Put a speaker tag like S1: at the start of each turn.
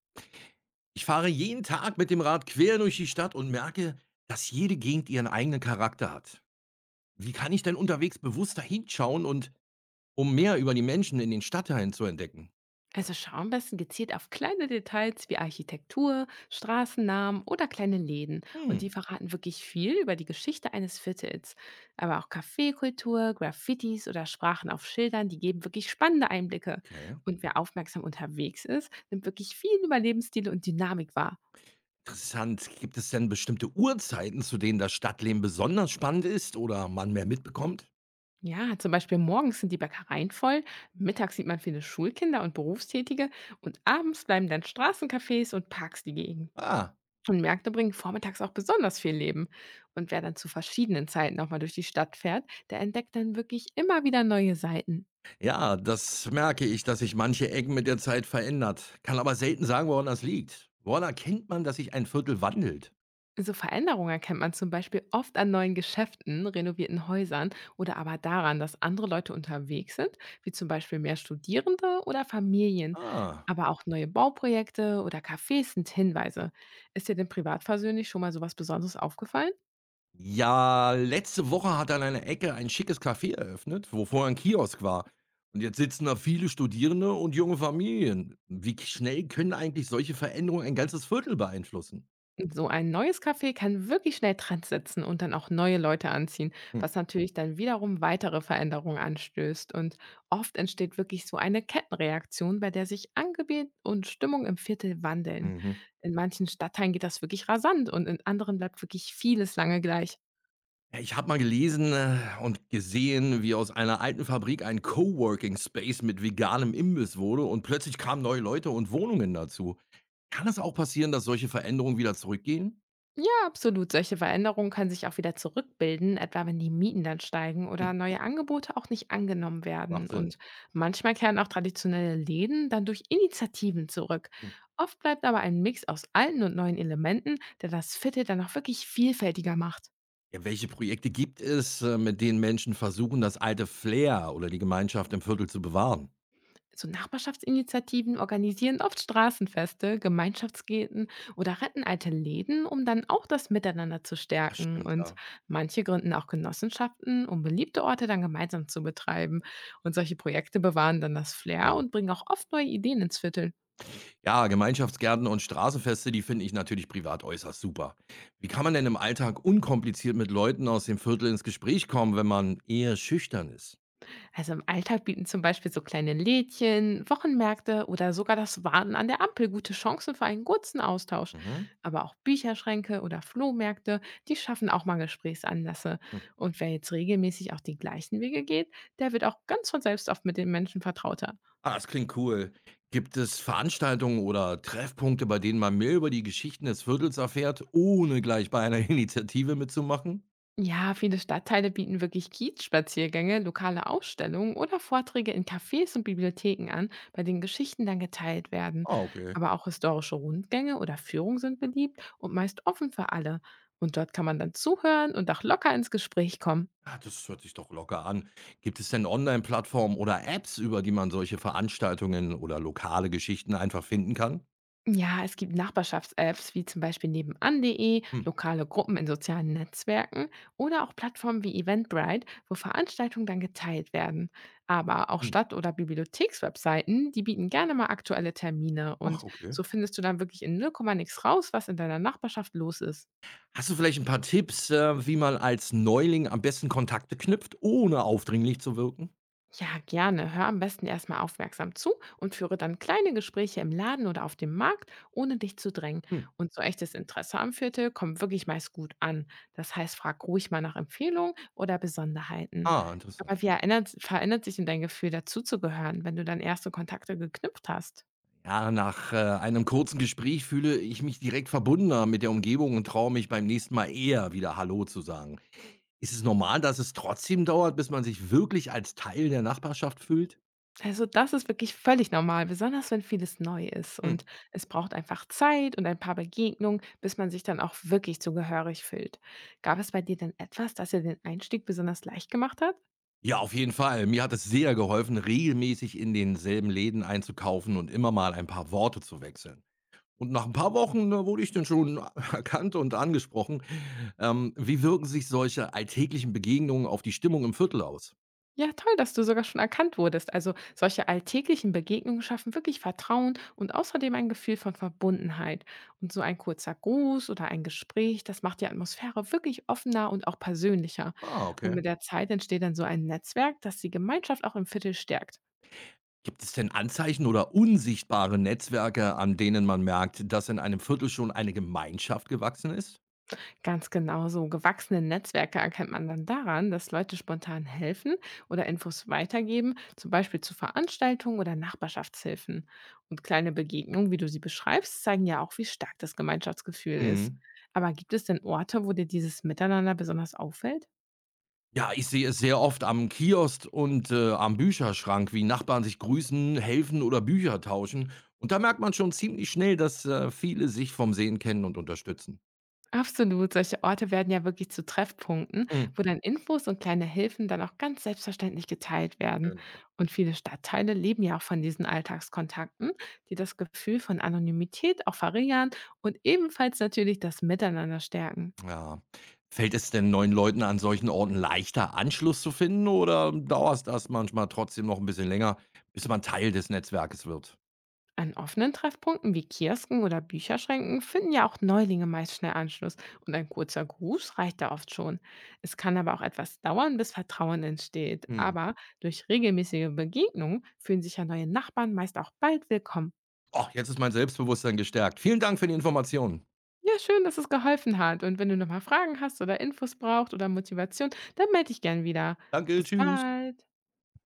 S1: Ich fahre jeden Tag mit dem Rad quer durch die Stadt und merke, dass jede Gegend ihren eigenen Charakter hat. Wie kann ich denn unterwegs bewusster hinschauen und um mehr über die Menschen in den Stadtteilen zu entdecken?
S2: Also schau am besten gezielt auf kleine Details wie Architektur, Straßennamen oder kleine Läden. Und die
S1: Hm,
S2: verraten wirklich viel über die Geschichte eines Viertels. Aber auch Kaffeekultur, Graffitis oder Sprachen auf Schildern, die geben wirklich spannende Einblicke.
S1: okay.
S2: Und wer aufmerksam unterwegs ist, nimmt wirklich viel über Lebensstile und Dynamik wahr.
S1: Interessant. Gibt es denn bestimmte Uhrzeiten, zu denen das Stadtleben besonders spannend ist oder man mehr mitbekommt?
S2: Ja, zum Beispiel morgens sind die Bäckereien voll, mittags sieht man viele Schulkinder und Berufstätige und abends bleiben dann Straßencafés und Parks die Gegend.
S1: Ah,
S2: Und Märkte bringen vormittags auch besonders viel Leben. Und wer dann zu verschiedenen Zeiten auch mal durch die Stadt fährt, der entdeckt dann wirklich immer wieder neue Seiten.
S1: ja, das merke ich, dass sich manche Ecken mit der Zeit verändert. Kann aber selten sagen, woran das liegt. Woran erkennt man, dass sich ein Viertel wandelt?
S2: So Veränderungen erkennt man zum Beispiel oft an neuen Geschäften, renovierten Häusern oder aber daran, dass andere Leute unterwegs sind, wie zum Beispiel mehr Studierende oder Familien.
S1: Ah,
S2: Aber auch neue Bauprojekte oder Cafés sind Hinweise. Ist dir denn privat persönlich schon mal sowas Besonderes aufgefallen?
S1: ja, letzte Woche hat an einer Ecke ein schickes Café eröffnet, wo vorher ein Kiosk war. Und jetzt sitzen da viele Studierende und junge Familien. Schnell können eigentlich solche Veränderungen ein ganzes Viertel beeinflussen?
S2: So ein neues Café kann wirklich schnell Trends setzen und dann auch neue Leute anziehen,
S1: Hm.
S2: was natürlich dann wiederum weitere Veränderungen anstößt. Und oft entsteht wirklich so eine Kettenreaktion, bei der sich Angebot und Stimmung im Viertel wandeln.
S1: Mhm.
S2: In manchen Stadtteilen geht das wirklich rasant und in anderen bleibt wirklich vieles lange gleich.
S1: Ja, ich habe mal gelesen und gesehen, wie aus einer alten Fabrik ein Coworking Space mit veganem Imbiss wurde und plötzlich kamen neue Leute und Wohnungen dazu. Kann es auch passieren, dass solche Veränderungen wieder zurückgehen?
S2: Ja, absolut. Solche Veränderungen können sich auch wieder zurückbilden, etwa wenn die Mieten dann steigen oder
S1: Hm,
S2: neue Angebote auch nicht angenommen
S1: macht
S2: werden.
S1: Sinn.
S2: Und manchmal kehren auch traditionelle Läden dann durch Initiativen zurück.
S1: Hm.
S2: Oft bleibt aber ein Mix aus alten und neuen Elementen, der das Viertel dann auch wirklich vielfältiger macht.
S1: Ja, welche Projekte gibt es, mit denen Menschen versuchen, das alte Flair oder die Gemeinschaft im Viertel zu bewahren?
S2: So Nachbarschaftsinitiativen organisieren oft Straßenfeste, Gemeinschaftsgärten oder retten alte Läden, um dann auch das Miteinander zu
S1: Das
S2: stärken.
S1: stimmt,
S2: Und
S1: ja.
S2: manche gründen auch Genossenschaften, um beliebte Orte dann gemeinsam zu betreiben. Und solche Projekte bewahren dann das Flair
S1: Mhm.
S2: und bringen auch oft neue Ideen ins Viertel.
S1: Ja, Gemeinschaftsgärten und Straßenfeste, die finde ich natürlich privat äußerst super. Wie kann man denn im Alltag unkompliziert mit Leuten aus dem Viertel ins Gespräch kommen, wenn man eher schüchtern ist?
S2: Also im Alltag bieten zum Beispiel so kleine Lädchen, Wochenmärkte oder sogar das Warten an der Ampel gute Chancen für einen kurzen Austausch.
S1: Mhm.
S2: Aber auch Bücherschränke oder Flohmärkte, die schaffen auch mal Gesprächsanlässe.
S1: Hm.
S2: Und wer jetzt regelmäßig auch die gleichen Wege geht, der wird auch ganz von selbst oft mit den Menschen vertrauter.
S1: Ah, das klingt cool. Gibt es Veranstaltungen oder Treffpunkte, bei denen man mehr über die Geschichten des Viertels erfährt, ohne gleich bei einer Initiative mitzumachen?
S2: Ja, viele Stadtteile bieten wirklich Kiezspaziergänge, lokale Ausstellungen oder Vorträge in Cafés und Bibliotheken an, bei denen Geschichten dann geteilt werden.
S1: Ah, okay.
S2: Aber auch historische Rundgänge oder Führungen sind beliebt und meist offen für alle. Und dort kann man dann zuhören und auch locker ins Gespräch kommen.
S1: Ah, das hört sich doch locker an. Gibt es denn Online-Plattformen oder Apps, über die man solche Veranstaltungen oder lokale Geschichten einfach finden kann?
S2: Ja, es gibt Nachbarschafts-Apps wie zum Beispiel nebenan.de,
S1: Hm.
S2: lokale Gruppen in sozialen Netzwerken oder auch Plattformen wie Eventbrite, wo Veranstaltungen dann geteilt werden. Aber auch
S1: Hm.
S2: Stadt- oder Bibliothekswebseiten, die bieten gerne mal aktuelle Termine und
S1: Ach, okay.
S2: so findest du dann wirklich in 0, nix raus, was in deiner Nachbarschaft los ist.
S1: Hast du vielleicht ein paar Tipps, wie man als Neuling am besten Kontakte knüpft, ohne aufdringlich zu wirken?
S2: Ja, gerne. Hör am besten erstmal aufmerksam zu und führe dann kleine Gespräche im Laden oder auf dem Markt, ohne dich zu drängen.
S1: Hm.
S2: Und so echtes Interesse am Viertel kommt wirklich meist gut an. Das heißt, frag ruhig mal nach Empfehlungen oder Besonderheiten.
S1: Ah, interessant.
S2: Aber wie erinnert, verändert sich denn dein Gefühl, dazuzugehören, wenn du dann erste Kontakte geknüpft hast?
S1: Ja, nach einem kurzen Gespräch fühle ich mich direkt verbundener mit der Umgebung und traue mich beim nächsten Mal eher wieder Hallo zu sagen. Ist es normal, dass es trotzdem dauert, bis man sich wirklich als Teil der Nachbarschaft fühlt?
S2: Also, das ist wirklich völlig normal, besonders wenn vieles neu ist.
S1: Hm.
S2: Und es braucht einfach Zeit und ein paar Begegnungen, bis man sich dann auch wirklich zugehörig fühlt. Gab es bei dir denn etwas, das dir den Einstieg besonders leicht gemacht hat?
S1: Ja, auf jeden Fall. Mir hat es sehr geholfen, regelmäßig in denselben Läden einzukaufen und immer mal ein paar Worte zu wechseln. Und nach ein paar Wochen, da wurde ich dann schon erkannt und angesprochen. Wie wirken sich solche alltäglichen Begegnungen auf die Stimmung im Viertel aus?
S2: Ja, toll, dass du sogar schon erkannt wurdest. Also, solche alltäglichen Begegnungen schaffen wirklich Vertrauen und außerdem ein Gefühl von Verbundenheit. Und so ein kurzer Gruß oder ein Gespräch, das macht die Atmosphäre wirklich offener und auch persönlicher.
S1: Ah,
S2: Und
S1: okay.
S2: mit der Zeit entsteht dann so ein Netzwerk, das die Gemeinschaft auch im Viertel stärkt.
S1: Gibt es denn Anzeichen oder unsichtbare Netzwerke, an denen man merkt, dass in einem Viertel schon eine Gemeinschaft gewachsen ist?
S2: Ganz genau so. Gewachsene Netzwerke erkennt man dann daran, dass Leute spontan helfen oder Infos weitergeben, zum Beispiel zu Veranstaltungen oder Nachbarschaftshilfen. Und kleine Begegnungen, wie du sie beschreibst, zeigen ja auch, wie stark das Gemeinschaftsgefühl ist.
S1: Mhm.
S2: Aber gibt es denn Orte, wo dir dieses Miteinander besonders auffällt?
S1: Ja, ich sehe es sehr oft am Kiosk und am Bücherschrank, wie Nachbarn sich grüßen, helfen oder Bücher tauschen. Und da merkt man schon ziemlich schnell, dass viele sich vom Sehen kennen und unterstützen.
S2: Absolut, solche Orte werden ja wirklich zu Treffpunkten,
S1: Mhm,
S2: wo dann Infos und kleine Hilfen dann auch ganz selbstverständlich geteilt werden.
S1: genau.
S2: Und viele Stadtteile leben ja auch von diesen Alltagskontakten, die das Gefühl von Anonymität auch verringern und ebenfalls natürlich das Miteinander stärken.
S1: Ja. Fällt es denn neuen Leuten an solchen Orten leichter, Anschluss zu finden oder dauert das manchmal trotzdem noch ein bisschen länger, bis man Teil des Netzwerkes wird?
S2: An offenen Treffpunkten wie Kiosken oder Bücherschränken finden ja auch Neulinge meist schnell Anschluss und ein kurzer Gruß reicht da oft schon. Es kann aber auch etwas dauern, bis Vertrauen entsteht.
S1: Mhm.
S2: Aber durch regelmäßige Begegnungen fühlen sich ja neue Nachbarn meist auch bald willkommen.
S1: Oh, jetzt ist mein Selbstbewusstsein gestärkt. Vielen Dank für die Informationen.
S2: Ja, schön, dass es geholfen hat. Und wenn du nochmal Fragen hast oder Infos brauchst oder Motivation, dann melde dich gern wieder.
S1: Danke,
S2: Bis
S1: tschüss.
S2: bald.